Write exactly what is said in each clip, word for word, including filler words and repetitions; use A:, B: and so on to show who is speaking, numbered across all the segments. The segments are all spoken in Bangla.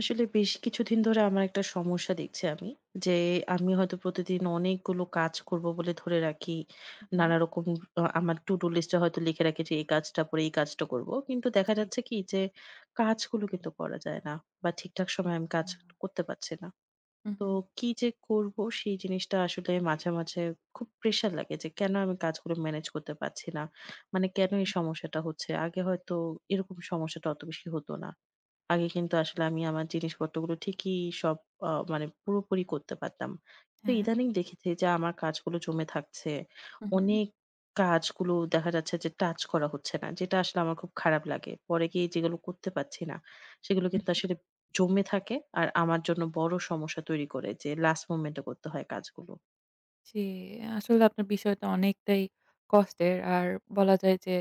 A: আসলে বেশ কিছুদিন ধরে আমার একটা সমস্যা দেখছি আমি। যে আমি হয়তো প্রতিদিন অনেকগুলো কাজ করবো বলে ধরে রাখি।
B: হু, হুম।
A: নানারকম আ আমার to do list এ হয়তো লিখে রাখি যে এই কাজটা পরে এই কাজটা করবো। কিন্তু দেখা
B: জি।
A: যাচ্ছে কি যে কাজগুলো কিন্তু করা যায় না বা ঠিকঠাক সময়ে আমি
B: আচ্ছা।
A: কাজ করতে পারছি না।
B: হু,
A: তো
B: হুম।
A: কি যে করবো সেই জিনিসটা আসলে মাঝে, মাঝে খুব প্রেশার লাগে যে কেন আমি কাজগুলো ম্যানেজ করতে পারছি না? মানে কেন এই সমস্যাটা হচ্ছে? আগে হয়তো এরকম সমস্যাটা অত বেশি হতো না। আগে কিন্তু আসলে আমি আমার জিনিসপত্রগুলো ঠিকই সব আ মানে পুরোপুরি করতে পারতাম। তো
B: হ্যাঁ।
A: ইদানিং দেখেছি যে আমার কাজগুলো জমে থাকছে।
B: হু, হুম।
A: অনেক কাজগুলো দেখা যাচ্ছে যে টাচ করা হচ্ছে না। যেটা আসলে আমার খুব খারাপ লাগে। পরে গিয়ে যেগুলো করতে পারছি না, সেগুলো কিন্তু আসলে জমে থাকে। আর আমার জন্য বড় সমস্যা তৈরি করে যে লাস্ট মোমেন্ট এ করতে হয় কাজগুলো।
B: জি, আসলে আপনার বিষয়টা অনেকটাই কষ্টের। আর বলা যায় যে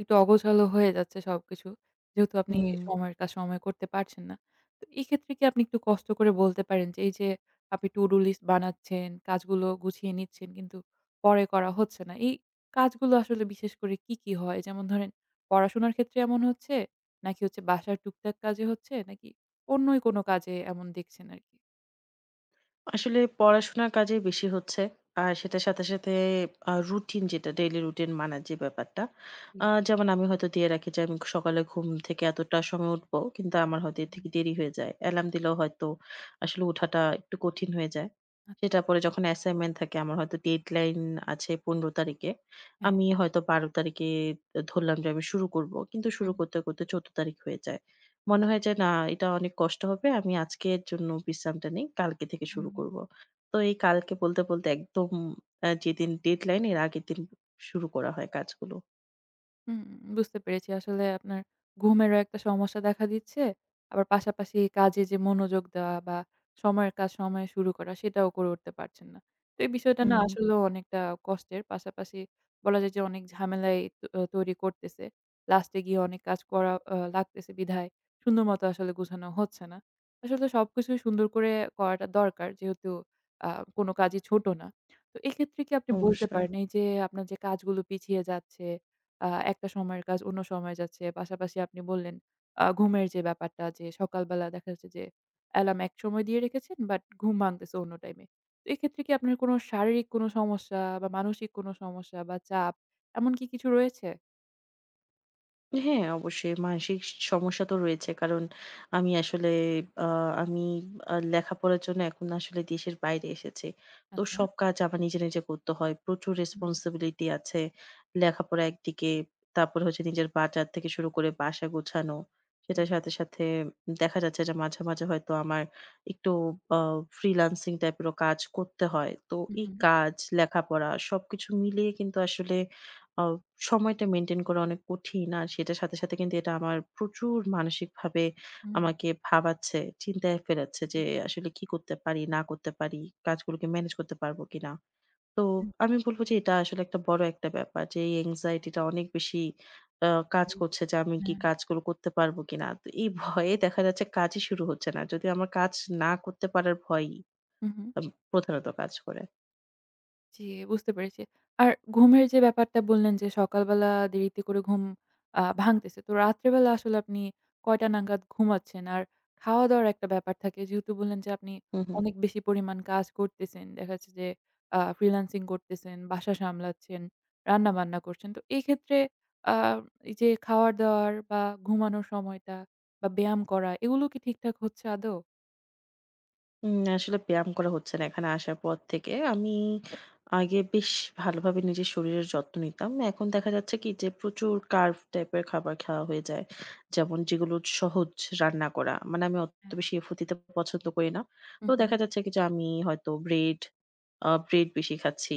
B: একটু অগোছালো হয়ে যাচ্ছে সবকিছু। যেহেতু আপনি
A: হুম।
B: সময়ের কাজ সময়ে করতে পারছেন না। তো এক্ষেত্রে কি আপনি একটু কষ্ট করে বলতে পারেন যে, এই যে আপনি to do list বানাচ্ছেন, কাজগুলো গুছিয়ে নিচ্ছেন কিন্তু পরে করা হচ্ছে না। এই কাজগুলো আসলে বিশেষ করে কি, কি হয়? যেমন ধরেন পড়াশোনার ক্ষেত্রে এমন হচ্ছে? নাকি হচ্ছে বাসার টুকটাক কাজে হচ্ছে? নাকি অন্যই কোনো কাজে এমন দেখছেন আরকি?
A: আসলে পড়াশোনার কাজেই বেশি হচ্ছে। আর সেটার সাথে, সাথে আ রুটিন যেটা ডেইলি রুটিন মানার যে ব্যাপারটা।
B: জি।
A: আ যেমন আমি হয়তো দিয়ে রাখি যে আমি সকালে ঘুম থেকে এতটা সময় উঠবো। কিন্তু আমার হয়তো এর
B: হুম,
A: থেকে দেরি হয়ে যায়। অ্যালার্ম দিলেও হয়তো আসলে ওঠাটা একটু কঠিন হয়ে যায়। সেটা
B: আচ্ছা,
A: পরে যখন অ্যাসাইনমেন্ট থাকে আমার হয়তো ডেডলাইন আছে পনেরো তারিখে।
B: হ্যাঁ।
A: আমি হয়তো বারো তারিখে ধরলাম যে আমি শুরু করব। কিন্তু শুরু করতে, করতে চৌদ্দ তারিখ হয়ে যায়।
B: হুম।
A: মনে হয় যে না এটা অনেক কষ্ট হবে। আমি আজকের জন্য বিশ্রামটা নেই। কালকে থেকে শুরু
B: হুম,
A: করব। তো এই কালকে বলতে, বলতে একদম আ যেদিন ডেডলাইন এর আগের দিন শুরু করা হয় কাজগুলো।
B: হুম, বুঝতে পেরেছি। আসলে আপনার ঘুমেরও একটা সমস্যা দেখা দিচ্ছে। আবার পাশাপাশি কাজে যে মনোযোগ দেওয়া বা সময়ের কাজ সময়ে শুরু করা সেটাও করে উঠতে পারছেন না। তো এই বিষয়টা না
A: হুম,
B: আসলেও অনেকটা কষ্টের। পাশাপাশি বলা যায় যে অনেক ঝামেলাই ত আহ তৈরি করতেছে। লাস্টে গিয়ে অনেক কাজ করা আ লাগতেছে বিধায় সুন্দর মতো আসলে গুছানো হচ্ছে না। আসলে সবকিছুই সুন্দর করে করাটা দরকার। যেহেতু আ কোনো কাজই ছোট না। তো এক্ষেত্রে কি আপনি বলতে
A: অবশ্যই।
B: পারেন এই যে আপনার যে কাজগুলো পিছিয়ে যাচ্ছে আ একটা সময়ের কাজ অন্য সময়ে যাচ্ছে। পাশাপাশি আপনি বললেন আ ঘুমের যে ব্যাপারটা যে সকালবেলা দেখা যাচ্ছে যে অ্যালার্ম এক সময় দিয়ে রেখেছেন বাট ঘুম ভাঙতেছে অন্য টাইমে। তো এক্ষেত্রে কি আপনার কোনো শারীরিক কোনো সমস্যা বা মানসিক কোনো সমস্যা বা চাপ এমন কি কিছু রয়েছে?
A: হ্যাঁ, অবশ্যই মানসিক স সমস্যা তো রয়েছে। কারণ আমি আসলে আ আমি আ লেখাপড়ার জন্য এখন আসলে দেশের বাইরে এসেছি। তো
B: আচ্ছা।
A: সব কাজ আমার নিজে, নিজে করতে হয়। প্রচুর
B: হুম,
A: রেসপনসিবিলিটি আছে। লেখাপড়া একদিকে, তারপরে হচ্ছে নিজের বাজার থেকে শুরু করে বাসা গোছানো।
B: জি।
A: সেটার সাথে, সাথে দেখা যাচ্ছে যে মাঝে, মাঝে হয়তো আমার একটু আ ফ্রিল্যান্সিং টাইপেরও কাজ করতে হয়। তো
B: হুম,
A: এই
B: হুম।
A: কাজ, লেখাপড়া সবকিছু মিলিয়ে কিন্তু আসলে আ সময়টা মেইনটেইন করা অনেক কঠিন। আর সেটার সাথে, সাথে কিন্তু এটা আমার প্রচুর মানসিকভাবে
B: হুম,
A: আমাকে ভাবাচ্ছে, চিন্তায় ফেলাচ্ছে
B: জি।
A: যে আসলে কি করতে পারি, না করতে পারি, কাজগুলোকে ম্যানেজ করতে পারবো কিনা। তো
B: হুম,
A: আমি বলব যে এটা আসলে একটা বড় একটা ব্যাপার যে এই anxiety টা অনেক বেশি আ কাজ
B: ভেরি গুড।
A: করছে যে আমি কি
B: হ্যাঁ।
A: কাজগুলো করতে পারবো কিনা। তো এই ভয়ে দেখা যাচ্ছে কাজই শুরু হচ্ছে না। যদিও আমার কাজ না করতে পারার ভয়ই
B: হুম, হুম।
A: আম প্রধানত কাজ করে।
B: জি, বুঝতে পেরেছি। আর ঘুমের যে ব্যাপারটা বললেন যে সকালবেলা দেরিতে করে ঘুম আ ভাঙতেছে। তো রাত্রেবেলা আসলে আপনি কয়টা নাগাদ ঘুমাচ্ছেন? আর খাওয়া-দাওয়ার একটা ব্যাপার থাকে। যেহেতু বললেন যে আপনি
A: হু, হু।
B: অনেক বেশি পরিমাণ কাজ করতেছেন। দেখা যাচ্ছে যে আ ফ্রিল্যান্সিং করতেছেন, বাসা সামলাচ্ছেন, রান্না-বান্না করছেন। তো এই ক্ষেত্রে আ এই যে খাওয়ার-দাওয়ার বা ঘুমানোর সময়টা বা ব্যায়াম করা এগুলো কি ঠিকঠাক হচ্ছে আদৌ?
A: উম আসলে ব্যায়াম করা হচ্ছে না এখানে আসার পর থেকে। আমি আগে বেশ ভালোভাবে নিজের শরীরের যত্ন নিতাম। এখন দেখা যাচ্ছে কি যে প্রচুর কার্ব টাইপের খাবার খাওয়া হয়ে যায়। যেমন যেগুলো সহজ রান্না করা। মানে আমি অত
B: হ্যাঁ।
A: বেশি এফোর্ট দিতে পছন্দ করি না। তো
B: হুম, হুম,
A: দেখা যাচ্ছে কি যে আমি হয়তো ব্রেড আ ব্রেড বেশি খাচ্ছি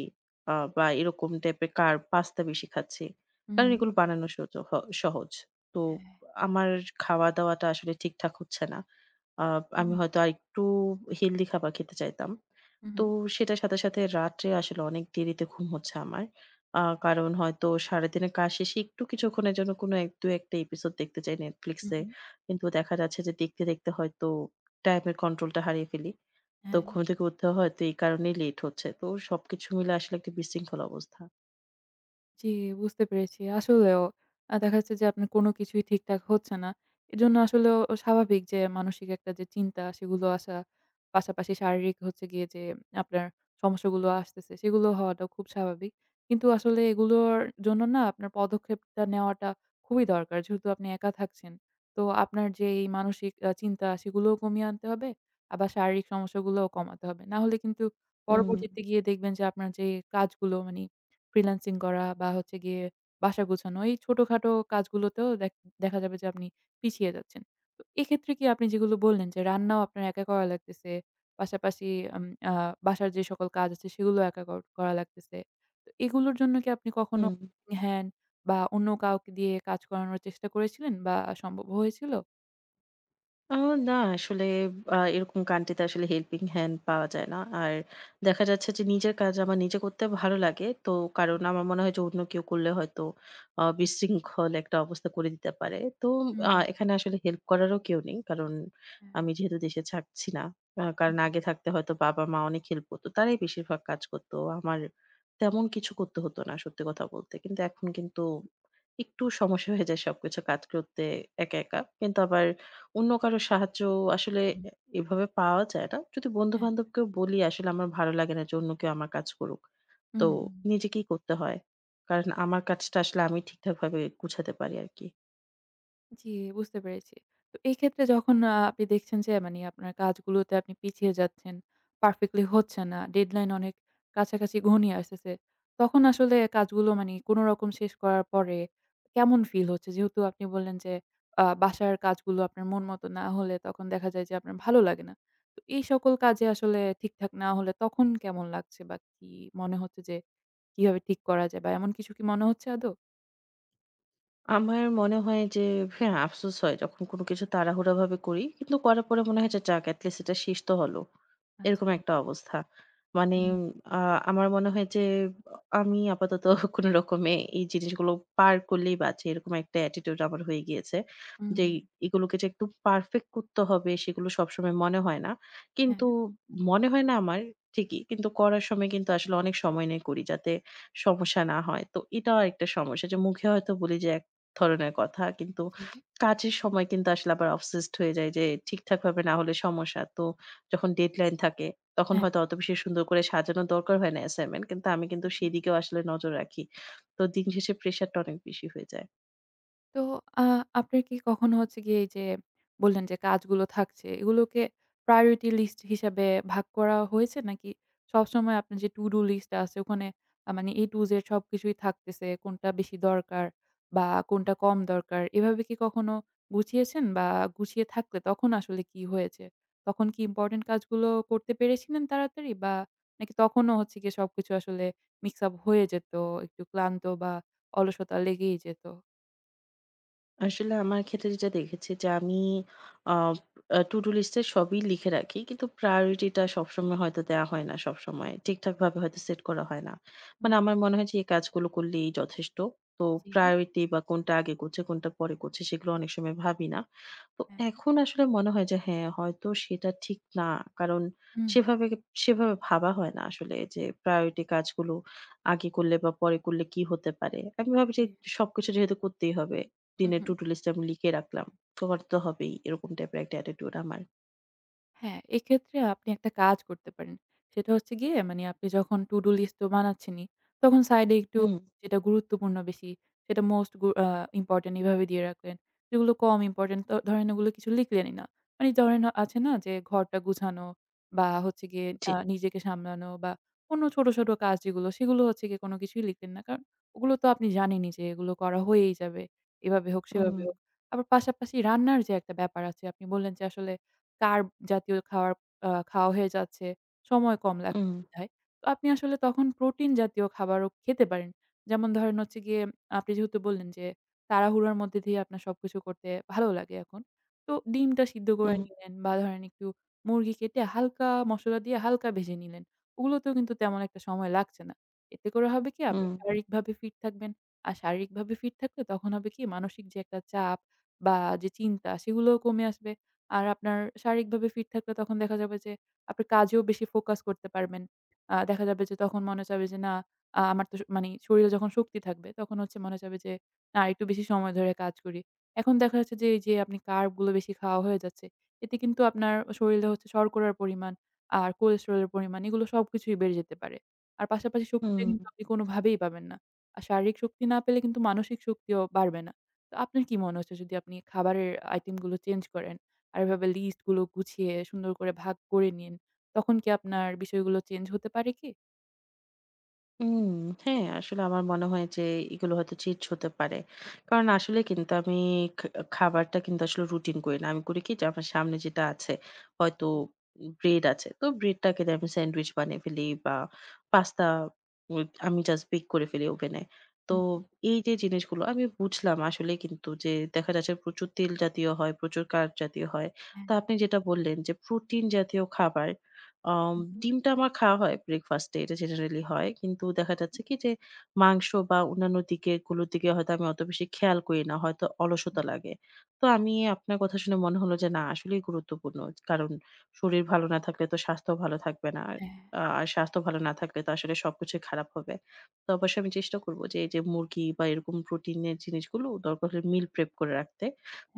A: আ বা এরকম টাইপের কার্ব পাস্তা বেশি খাচ্ছি।
B: হুম,
A: কারণ
B: হুম।
A: এগুলো বানানো সোজ হ সহজ। তো
B: হ্যাঁ।
A: আমার খাওয়া-দাওয়াটা আসলে ঠিকঠাক হচ্ছে না। আ আমি
B: হুম,
A: হয়তো আরেকটু হেলদি খাবার খেতে চাইতাম।
B: হুম,
A: তো সেটার সাথে, সাথে রাত্রে আসলে অনেক দেরিতে ঘুম হচ্ছে আমার। আ কারণ হয়তো সারাদিনের কাজ শেষে একটু কিছুক্ষণের জন্য কোনো এক দুই এক টা এপিসোড দেখতে চাই Netflix
B: হুম,
A: এ।
B: হুম,
A: কিন্তু দেখা যাচ্ছে যে দেখতে, দেখতে হয়তো টাইমের কন্ট্রোলটা হারিয়ে ফেলি। তো
B: হ্যাঁ।
A: ঘুম থেকে উঠতে হয়তো এই কারণেই লেট হচ্ছে। তো সবকিছু মিলে আসলে একটা বিশৃঙ্খল অবস্থা।
B: জি, বুঝতে পেরেছি। আসলেও আ দেখা যাচ্ছে যে আপনার কোনো কিছুই ঠিকঠাক হচ্ছে না। এজন্য আসলেও স্বাভাবিক যে মানসিক একটা যে চিন্তা সেগুলো আসা, পাশাপাশি শারীরিক হচ্ছে গিয়ে যে আপনার সমস্যাগুলো আসতেছে সেগুলো হওয়াটাও খুব স্বাভাবিক। কিন্তু আসলে এগুলোর জন্য না আপনার পদক্ষেপটা নেওয়াটা খুবই দরকার। যেহেতু আপনি একা থাকছেন। তো আপনার যে এই মানসিক আ চিন্তা সেগুলোও কমিয়ে আনতে হবে, আবার শারীরিক সমস্যাগুলোও কমাতে হবে। না হলে কিন্তু
A: হুম,
B: পরবর্তীতে গিয়ে দেখবেন যে আপনার যে কাজগুলো মানে ফ্রিল্যান্সিং করা বা হচ্ছে গিয়ে বাসা গুছানো, এই ছোটখাটো কাজগুলোতেও দেখ দেখা যাবে যে আপনি পিছিয়ে যাচ্ছেন। তো এক্ষেত্রে কি আপনি যেগুলো বললেন যে রান্নাও আপনার একা করা লাগতেছে, পাশাপাশি আম আ বাসার যে সকল কাজ আছে সেগুলো একা কর করা লাগতেছে। তো এগুলোর জন্য কি আপনি কখনো
A: হুম।
B: হ্যান্ড বা অন্য কাউকে দিয়ে কাজ করানোর চেষ্টা করেছিলেন বা সম্ভব হয়েছিল?
A: আ না আসলে আ এরকম কান্ট্রিতে আসলে হেল্পিং হ্যান্ড পাওয়া যায় না। আর দেখা যাচ্ছে যে নিজের কাজ আমার নিজে করতে ভালো লাগে। তো কারণ
B: জি।
A: আমার মনে হয় যে অন্য কেউ করলে হয়তো আ বিশৃঙ্খল একটা অবস্থা করে দিতে পারে। তো আ
B: হুম।
A: এখানে আসলে হেল্প করারও কেউ নেই। কারণ
B: হ্যাঁ।
A: আমি যেহেতু দেশে থাকছি না। আ
B: হুম,
A: কারণ
B: হুম,
A: আগে থাকতে হয়তো বাবা-মা অনেক হেল্প করতো। তারাই বেশিরভাগ কাজ করতো। আমার তেমন কিছু করতে হতো না সত্যি কথা বলতে। কিন্তু এখন কিন্তু একটু সমস্যা হয়ে যায় সবকিছু কাজ করতে একা, একা। কিন্তু আবার অন্য কারো সাহায্য আসলে
B: হুম।
A: এ এভাবে পাওয়া যায় না। যদি
B: হ্যাঁ।
A: বন্ধু-বান্ধবকেও বলি আসলে আমার ভালো লাগে না যে অন্য কেউ আমার কাজ করুক। তো
B: হুম।
A: নিজেকেই করতে হয়। কারণ আমার কাজটা আসলে আমি ঠিকঠাকভাবে গুছাতে পারি আরকি।
B: জি, বুঝতে পেরেছি। তো এই ক্ষেত্রে যখন আ আপনি দেখছেন যে মানি আপনার কাজগুলোতে আপনি পিছিয়ে যাচ্ছেন, পারফেক্টলি হচ্ছে না, ডেডলাইন অনেক কাছাকাছি ঘনিয়ে আসতেছে। তখন আসলে কাজগুলো মানি কোনো রকম শেষ করার পরে কেমন ফিল হচ্ছে? যেহেতু আপনি বললেন যে আ বাসার কাজগুলো আপনার মন মতো না হলে তখন দেখা যায় যে আপনার ভালো লাগে না। তো এই সকল কাজে আসলে ঠিকঠাক না হলে তখন কেমন লাগছে বা কি মনে হচ্ছে যে কিভাবে ঠিক করা যায় বা এমন কিছু কি মনে হচ্ছে আদৌ?
A: আমার মনে হয় যে হ্যাঁ, আফসোস হয় যখন কোনো কিছু তাড়াহুড়াভাবে করি। কিন্তু করার পরে মনে হয় যে যাক এটলিস্ট এটা শেষ তো হলো।
B: আচ্ছা।
A: এরকম একটা অবস্থা। মানে
B: হুম,
A: আ আমার মনে হয় যে আমি আপাতত কোন রকমে এই জিনিসগুলো পার করলেই বাঁচি। এরকম একটা attitude আমার হয়ে গিয়েছে।
B: হুম।
A: যে এগুলোকে যে একদম পারফেক্ট করতে হবে সেগুলো সবসময় মনে হয় না।
B: হ্যাঁ,
A: কিন্তু মনে হয় না আমার ঠিকই। কিন্তু করার সময় কিন্তু আসলে অনেক সময় নিয়ে করি যাতে সমস্যা না হয়। তো এটাও একটা সমস্যা যে মুখে হয়তো বলি যে এক ধরনের কথা কিন্তু
B: জি।
A: কাজের সময় কিন্তু আসলে আবার obsessed হয়ে যাই যে ঠিকঠাকভাবে না হলে সমস্যা। তো যখন ডেডলাইন থাকে তখন
B: হ্যাঁ।
A: হয়তো অত বেশি সুন্দর করে সাজানোর দরকার হয় না অ্যাসাইনমেন্ট। কিন্তু আমি কিন্তু
B: হুম।
A: সেদিকেও আসলে নজর রাখি। তো দিন শেষে প্রেশারটা অনেক বেশি হয়ে যায়।
B: তো আ আপনার কি কখনো হচ্ছে গিয়ে এই যে বললেন যে কাজগুলো থাকছে, এগুলোকে priority list হিসাবে ভাগ করা হয়েছে? নাকি সবসময় আপনার যে to do list আছে ওখানে আ মানে এ টু জেড সবকিছুই থাকতেছে, কোনটা বেশি দরকার বা কোনটা কম দরকার? এভাবে কি কখনো গুছিয়েছেন? বা গুছিয়ে থাকলে তখন আসলে কি হয়েছে? তখন কি ইম্পোর্টেন্ট কাজগুলো করতে পেরেছিলেন তাড়াতাড়ি? বা নাকি তখনও হচ্ছে গিয়ে সবকিছু আসলে mix up হয়ে যেত, একটু ক্লান্ত বা অলসতা লেগেই যেত?
A: আসলে আমার ক্ষেত্রে যেটা দেখেছি যে আমি আ আ to do list এ সবই লিখে রাখি। কিন্তু priority টা সবসময় হয়তো দেয়া হয় না সবসময়। ঠিকঠাকভাবে হয়তো সেট করা হয় না। মানে
B: হম,
A: আমার মনে হয় যে এই কাজগুলো করলেই যথেষ্ট। তো priority বা কোনটা আগে করছে, কোনটা পরে করছে সেগুলো অনেক সময় ভাবি না। তো
B: হ্যাঁ,
A: এখন আসলে মনে হয় যে হ্যাঁ, হয়তো সেটা ঠিক না। কারণ
B: হম,
A: সেভাবে সেভাবে ভাবা হয় না আসলে যে priority কাজগুলো আগে করলে বা পরে করলে কি হতে পারে। আমি ভাবি যে
B: হ্যাঁ,
A: সবকিছু যেহেতু করতেই হবে দিনের
B: হম
A: to-do list আমি লিখে রাখলাম। কভার তো হবেই। এরকম টাইপের একটা attitude আমার।
B: হ্যাঁ, এক্ষেত্রে আপনি একটা কাজ করতে পারেন। সেটা হচ্ছে গিয়ে মানে আপনি যখন to do list তো বানাচ্ছেনই, তখন সাইডে একটু
A: হুম,
B: যেটা গুরুত্বপূর্ণ বেশি, সেটা মোস্ট গু আ ইম্পোর্টেন্ট এভাবে দিয়ে রাখলেন। যেগুলো কম ইম্পোর্টেন্ট ত ধরেন ওগুলো কিছু লিখলেনই না। মানে ধরেন আছে না যে ঘরটা গুছানো বা হচ্ছে গিয়ে
A: জি।
B: আ নিজেকে সামলানো বা অন্য ছোট, ছোট কাজ যেগুলো সেগুলো হচ্ছে গিয়ে কোনো কিছুই লিখলেন না। কারণ ওগুলো তো আপনি জানেনই যে এগুলো করা হয়েই যাবে। এভাবে হোক,
A: হুম,
B: সেভাবে হোক। আবার পাশাপাশি রান্নার যে একটা ব্যাপার আছে আপনি বললেন যে আসলে কার্ব জাতীয় খাওয়ার আ খাওয়া হয়ে যাচ্ছে, সময় কম
A: হুম,
B: লাগছে বিধায়। তো আপনি আসলে তখন প্রোটিন জাতীয় খাবারও খেতে পারেন। যেমন ধরেন হচ্ছে গিয়ে আপনি যেহেতু বললেন যে, তাড়াহুড়োর মধ্যে দিয়ে আপনার সবকিছু করতে ভালো লাগে এখন। তো ডিমটা সিদ্ধ করে
A: হুম,
B: নিলেন বা ধরেন একটু মুরগি কেটে হালকা মসলা দিয়ে হালকা ভেজে নিলেন। ওগুলোতেও কিন্তু তেমন একটা সময় লাগছে না। এতে করে হবে কি
A: হুম,
B: আপনার শারীরিকভাবে ফিট থাকবেন। আর শারীরিকভাবে ফিট থাকলে তখন হবে কি মানসিক যে একটা চাপ বা যে চিন্তা সেগুলোও কমে আসবে। আর আপনার শারীরিকভাবে ফিট থাকলে তখন দেখা যাবে যে আপনি কাজেও বেশি ফোকাস করতে পারবেন। আ দেখা যাবে যে তখন মনে চাবে যে না আ আমার তো স- মানে শরীরে যখন শক্তি থাকবে তখন হচ্ছে মনে চাবে যে না একটু বেশি সময় ধরে কাজ করি। এখন দেখা যাচ্ছে যে এই যে আপনি কার্ব গুলো বেশি খাওয়া হয়ে যাচ্ছে। এতে কিন্তু আপনার শরীরে হচ্ছে শর্করার পরিমাণ আর কোলেস্টেরলের পরিমাণ এগুলো সবকিছুই বেড়ে যেতে পারে। আর পাশাপাশি শক্তিটা
A: হুম।
B: কিন্তু আপনি কোনোভাবেই পাবেন না। আর শারীরিক শক্তি না পেলে কিন্তু মানসিক শক্তিও বাড়বে না। তো আপনার কি মনে হচ্ছে যদি আপনি খাবারের আইটেম গুলো চেঞ্জ করেন? আর এভাবে লিস্ট গুলো গুছিয়ে সুন্দর করে ভাগ করে নিন। তখন কি আপনার বিষয়গুলো চেঞ্জ হতে পারে কি?
A: উম হ্যাঁ, আসলে আমার মনে হয় যে এগুলো হয়তো চিটস হতে পারে। কারণ আসলে কিন্তু আমি খা খাবারটা কিন্তু আসলে রুটিন করি না। আমি করি কি যে আমার সামনে যেটা আছে হয়তো ব্রেড আছে। তো ব্রেডটাকে দিয়ে আমি স্যান্ডউইচ বানিয়ে ফেলি বা পাস্তা উইথ আমি জাস্ট বেক করে ফেলি ওভেনে। তো
B: হুম।
A: এই যে জিনিসগুলো আমি বুঝলাম আসলে কিন্তু যে দেখা যাচ্ছে প্রচুর তেল জাতীয় হয়, প্রচুর কার্ব জাতীয় হয়।
B: হ্যাঁ,
A: তো আপনি যেটা বললেন যে প্রোটিন জাতীয় খাবার আম
B: হু, হু,
A: ডিমটা আমার খাওয়া হয় ব্রেকফাস্টে এটা জেনারেলি হয়। কিন্তু দেখা যাচ্ছে কি যে মাংস বা অন্যান্য দিকে গুলোর দিকে হয়তো আমি অত বেশি খেয়াল করি না। হয়তো
B: হু।
A: অলসতা লাগে। তো আমি আপনার কথা শুনে মনে হলো যে না আসলেই গুরুত্বপূর্ণ। কারণ শরীর ভালো না থাকলে তো স্বাস্থ্য ভালো থাকবে না। আর
B: হ্যাঁ,
A: আ আর স্বাস্থ্য ভালো না থাকলে তো আসলে সবকিছুই খারাপ হবে। তো অবশ্যই আমি চেষ্টা করব যে এই যে মুরগি বা এরকম প্রোটিনের জিনিসগুলো দরকার হলে মিল প্রেপ করে রাখতে।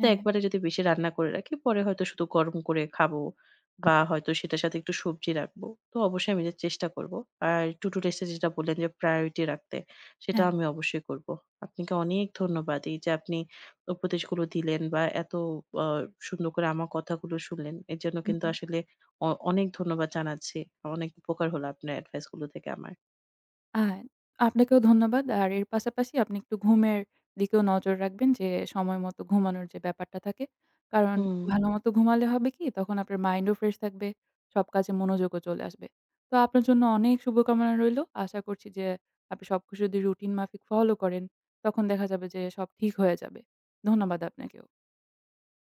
A: তো একবারে যদি বেশি রান্না করে রাখি পরে হয়তো শুধু গরম করে খাবো বা হয়তো সেটার সাথে একটু সবজি রাখবো। তো অবশ্যই আমি এটা চেষ্টা করবো। আর to do list এ যেটা বললেন যে priority রাখতে, সেটা
B: হ্যাঁ।
A: আমি অবশ্যই করবো। আপনাকে অনেক ধন্যবাদ। এই যে আপনি উপদেশগুলো দিলেন বা এত আ সুন্দর করে আমার কথাগুলো শুনলেন। এর জন্য
B: হু,
A: কিন্তু
B: হু।
A: আসলে অ অনেক ধন্যবাদ জানাচ্ছি। অনেক উপকার হলো আপনার এডভাইস গুলো থেকে আমার।
B: আ আপনাকেও ধন্যবাদ। আর এর পাশাপাশি আপনি একটু ঘুমের দিকেও নজর রাখবেন যে, সময় মতো ঘুমানোর যে ব্যাপারটা থাকে। কারণ
A: হুম।
B: ভালোমতো ঘুমালে হবে কি, তখন আপনার মাইন্ডও ফ্রেশ থাকবে, সব কাজে মনোযোগও চলে আসবে। তো আপনার জন্য অনেক শুভকামনা রইলো। আশা করছি যে, আপনি সবকিছু যদি রুটিন মাফিক ফলো করেন, তখন দেখা যাবে যে সব ঠিক হয়ে যাবে। ধন্যবাদ আপনাকেও।